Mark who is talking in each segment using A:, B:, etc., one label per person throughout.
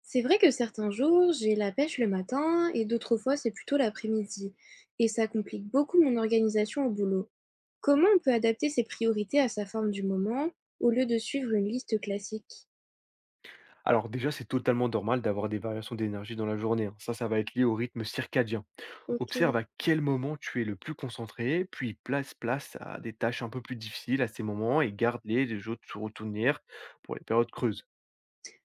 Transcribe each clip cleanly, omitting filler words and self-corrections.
A: C'est vrai que certains jours, j'ai la pêche le matin et d'autres fois, c'est plutôt l'après-midi. Et ça complique beaucoup mon organisation au boulot. Comment on peut adapter ses priorités à sa forme du moment au lieu de suivre une liste classique?
B: Alors déjà, c'est totalement normal d'avoir des variations d'énergie dans la journée, hein. Ça va être lié au rythme circadien.
A: Ok.
B: Observe à quel moment tu es le plus concentré, puis place à des tâches un peu plus difficiles à ces moments et garde-les les autres se retournir pour les périodes creuses.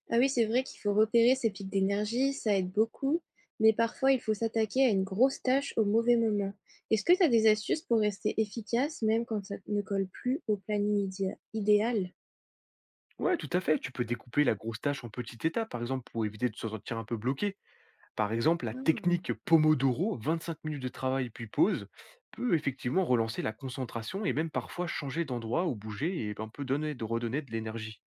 A: Ah oui, c'est vrai qu'il faut repérer ses pics d'énergie, ça aide beaucoup, mais parfois il faut s'attaquer à une grosse tâche au mauvais moment. Est-ce que tu as des astuces pour rester efficace même quand ça ne colle plus au planning idéal?
B: Ouais, tout à fait. Tu peux découper la grosse tâche en petites étapes, par exemple, pour éviter de se sentir un peu bloqué. Par exemple, la
A: Ah.
B: technique Pomodoro, 25 minutes de travail puis pause, peut effectivement relancer la concentration et même parfois changer d'endroit ou bouger et un peu donner, de redonner de l'énergie.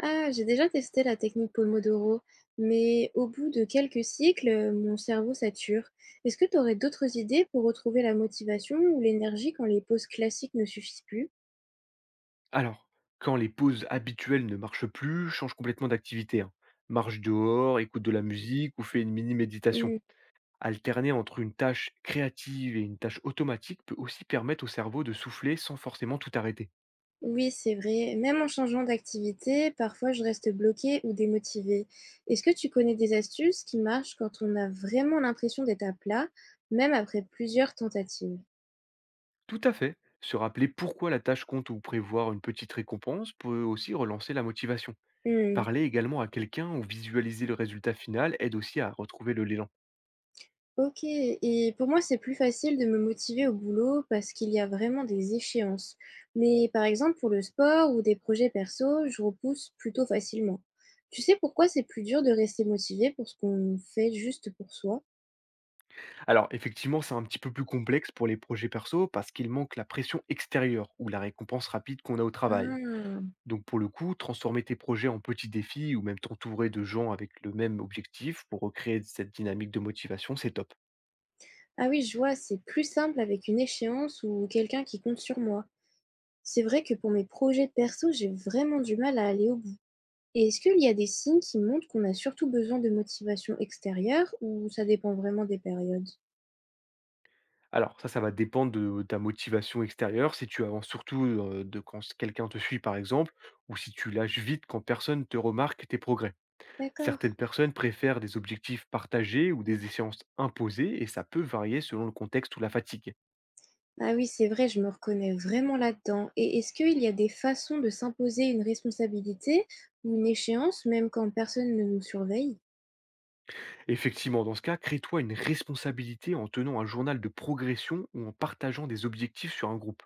A: Ah, j'ai déjà testé la technique Pomodoro, mais au bout de quelques cycles, mon cerveau sature. Est-ce que tu aurais d'autres idées pour retrouver la motivation ou l'énergie quand les pauses classiques ne suffisent plus?
B: Alors, quand les pauses habituelles ne marchent plus, change complètement d'activité, hein. Marche dehors, écoute de la musique ou fais une mini-méditation.
A: Hmm.
B: Alterner entre une tâche créative et une tâche automatique peut aussi permettre au cerveau de souffler sans forcément tout arrêter.
A: Oui, c'est vrai. Même en changeant d'activité, parfois je reste bloquée ou démotivée. Est-ce que tu connais des astuces qui marchent quand on a vraiment l'impression d'être à plat, même après plusieurs tentatives?
B: Tout à fait. Se rappeler pourquoi la tâche compte ou prévoir une petite récompense peut aussi relancer la motivation.
A: Mmh.
B: Parler également à quelqu'un ou visualiser le résultat final aide aussi à retrouver le l'élan.
A: OK, et pour moi, c'est plus facile de me motiver au boulot parce qu'il y a vraiment des échéances. Mais par exemple, pour le sport ou des projets perso, je repousse plutôt facilement. Tu sais pourquoi c'est plus dur de rester motivé pour ce qu'on fait juste pour soi?
B: Alors, effectivement, c'est un petit peu plus complexe pour les projets perso parce qu'il manque la pression extérieure ou la récompense rapide qu'on a au travail.
A: Ah.
B: Donc, pour le coup, transformer tes projets en petits défis ou même t'entourer de gens avec le même objectif pour recréer cette dynamique de motivation, c'est top.
A: Ah oui, je vois, c'est plus simple avec une échéance ou quelqu'un qui compte sur moi. C'est vrai que pour mes projets perso, j'ai vraiment du mal à aller au bout. Et est-ce qu'il y a des signes qui montrent qu'on a surtout besoin de motivation extérieure ou ça dépend vraiment des périodes?
B: Alors, ça va dépendre de ta motivation extérieure, si tu avances surtout de quand quelqu'un te suit, par exemple, ou si tu lâches vite quand personne te remarque tes progrès.
A: D'accord.
B: Certaines personnes préfèrent des objectifs partagés ou des échéances imposées, et ça peut varier selon le contexte ou la fatigue.
A: Ah oui, c'est vrai, je me reconnais vraiment là-dedans. Et est-ce qu'il y a des façons de s'imposer une responsabilité ou une échéance, même quand personne ne nous surveille?
B: Effectivement, dans ce cas, crée-toi une responsabilité en tenant un journal de progression ou en partageant des objectifs sur un groupe.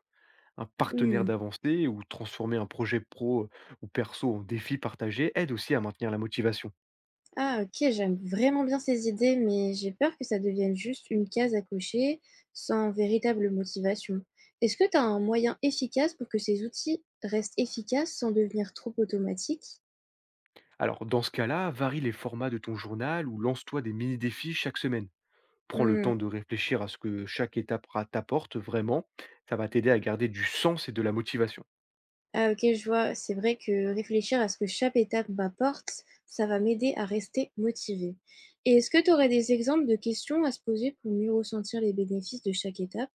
B: Un partenaire
A: Hmm.
B: d'avancée ou transformer un projet pro ou perso en défi partagé aide aussi à maintenir la motivation.
A: Ah ok, j'aime vraiment bien ces idées, mais j'ai peur que ça devienne juste une case à cocher sans véritable motivation. Est-ce que tu as un moyen efficace pour que ces outils restent efficaces sans devenir trop automatiques?
B: Alors, dans ce cas-là, varie les formats de ton journal ou lance-toi des mini-défis chaque semaine. Prends le
A: Hmm.
B: temps de réfléchir à ce que chaque étape t'apporte vraiment. Ça va t'aider à garder du sens et de la motivation.
A: Ah OK, je vois. C'est vrai que réfléchir à ce que chaque étape m'apporte, ça va m'aider à rester motivée. Et est-ce que tu aurais des exemples de questions à se poser pour mieux ressentir les bénéfices de chaque étape?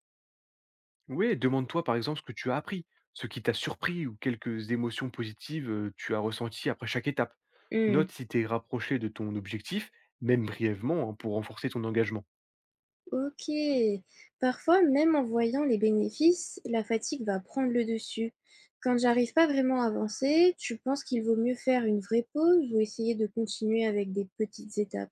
B: Oui, demande-toi par exemple ce que tu as appris, ce qui t'a surpris ou quelques émotions positives tu as ressenties après chaque étape.
A: Mmh.
B: Note si tu es rapproché de ton objectif, même brièvement, hein, pour renforcer ton engagement.
A: Ok. Parfois, même en voyant les bénéfices, la fatigue va prendre le dessus. Quand j'arrive pas vraiment à avancer, tu penses qu'il vaut mieux faire une vraie pause ou essayer de continuer avec des petites étapes?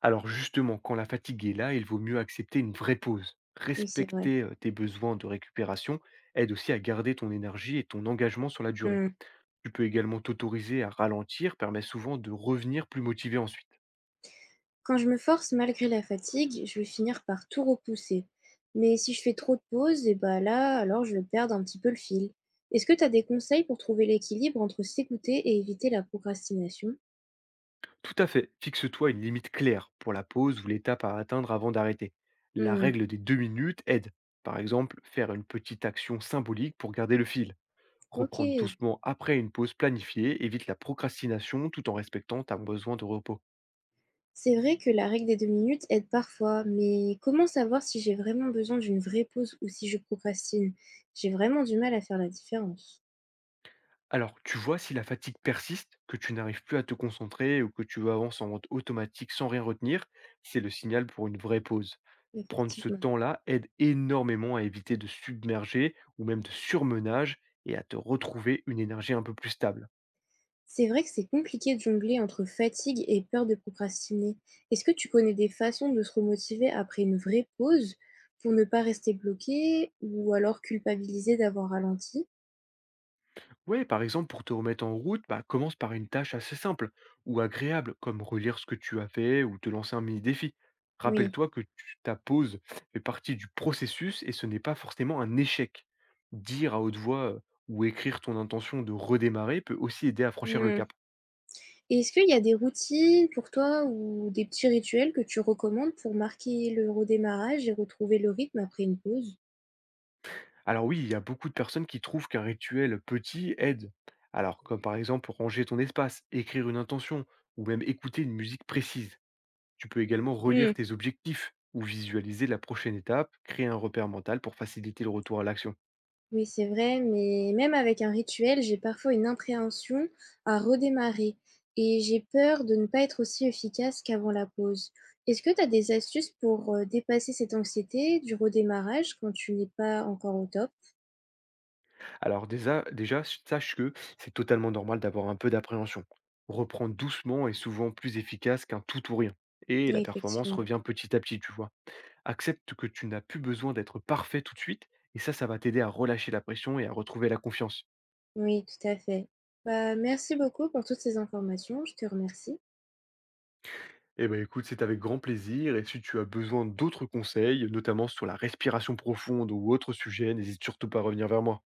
B: Alors justement, quand la fatigue est là, il vaut mieux accepter une vraie pause.
A: Oui, c'est vrai.
B: Respecter tes besoins de récupération aide aussi à garder ton énergie et ton engagement sur la durée.
A: Hmm.
B: Tu peux également t'autoriser à ralentir, permet souvent de revenir plus motivé ensuite.
A: Quand je me force malgré la fatigue, je vais finir par tout repousser. Mais si je fais trop de pauses, et bah là, alors je vais perdre un petit peu le fil. Est-ce que tu as des conseils pour trouver l'équilibre entre s'écouter et éviter la procrastination?
B: Tout à fait. Fixe-toi une limite claire pour la pause ou l'étape à atteindre avant d'arrêter. La
A: Hmm.
B: règle des 2 minutes aide. Par exemple, faire une petite action symbolique pour garder le fil.
A: Ok.
B: Reprendre doucement après une pause planifiée évite la procrastination tout en respectant ta besoin de repos.
A: C'est vrai que la règle des 2 minutes aide parfois, mais comment savoir si j'ai vraiment besoin d'une vraie pause ou si je procrastine? J'ai vraiment du mal à faire la différence,
B: Alors, tu vois si la fatigue persiste, que tu n'arrives plus à te concentrer ou que tu avances en mode automatique sans rien retenir, c'est le signal pour une vraie pause. Prendre ce
A: effectivement.
B: temps-là aide énormément à éviter de submerger ou même de surmenage et à te retrouver une énergie un peu plus stable.
A: C'est vrai que c'est compliqué de jongler entre fatigue et peur de procrastiner. Est-ce que tu connais des façons de se remotiver après une vraie pause pour ne pas rester bloqué ou alors culpabiliser d'avoir ralenti?
B: Oui, par exemple, pour te remettre en route, bah, commence par une tâche assez simple ou agréable, comme relire ce que tu as fait ou te lancer un mini-défi.
A: Oui.
B: Rappelle-toi que ta pause fait partie du processus et ce n'est pas forcément un échec. Dire à haute voix ou écrire ton intention de redémarrer peut aussi aider à franchir le
A: Mmh.
B: cap.
A: Et est-ce qu'il y a des routines pour toi ou des petits rituels que tu recommandes pour marquer le redémarrage et retrouver le rythme après une pause?
B: Alors oui, il y a beaucoup de personnes qui trouvent qu'un rituel petit aide. Alors, comme par exemple ranger ton espace, écrire une intention ou même écouter une musique précise. Tu peux également relire tes objectifs ou visualiser la prochaine étape, créer un repère mental pour faciliter le retour à l'action.
A: Oui, c'est vrai, mais même avec un rituel, j'ai parfois une impréhension à redémarrer et j'ai peur de ne pas être aussi efficace qu'avant la pause. Est-ce que tu as des astuces pour dépasser cette anxiété du redémarrage quand tu n'es pas encore au top?
B: Alors déjà, sache que c'est totalement normal d'avoir un peu d'appréhension. Reprendre doucement est souvent plus efficace qu'un tout ou rien. Et
A: Oui,
B: la performance
A: effectivement.
B: revient petit à petit, tu vois. Accepte que tu n'as plus besoin d'être parfait tout de suite, et ça va t'aider à relâcher la pression et à retrouver la confiance.
A: Oui, tout à fait. Bah, merci beaucoup pour toutes ces informations. Je te remercie.
B: Eh ben écoute, c'est avec grand plaisir, et si tu as besoin d'autres conseils, notamment sur la respiration profonde ou autre sujet, n'hésite surtout pas à revenir vers moi.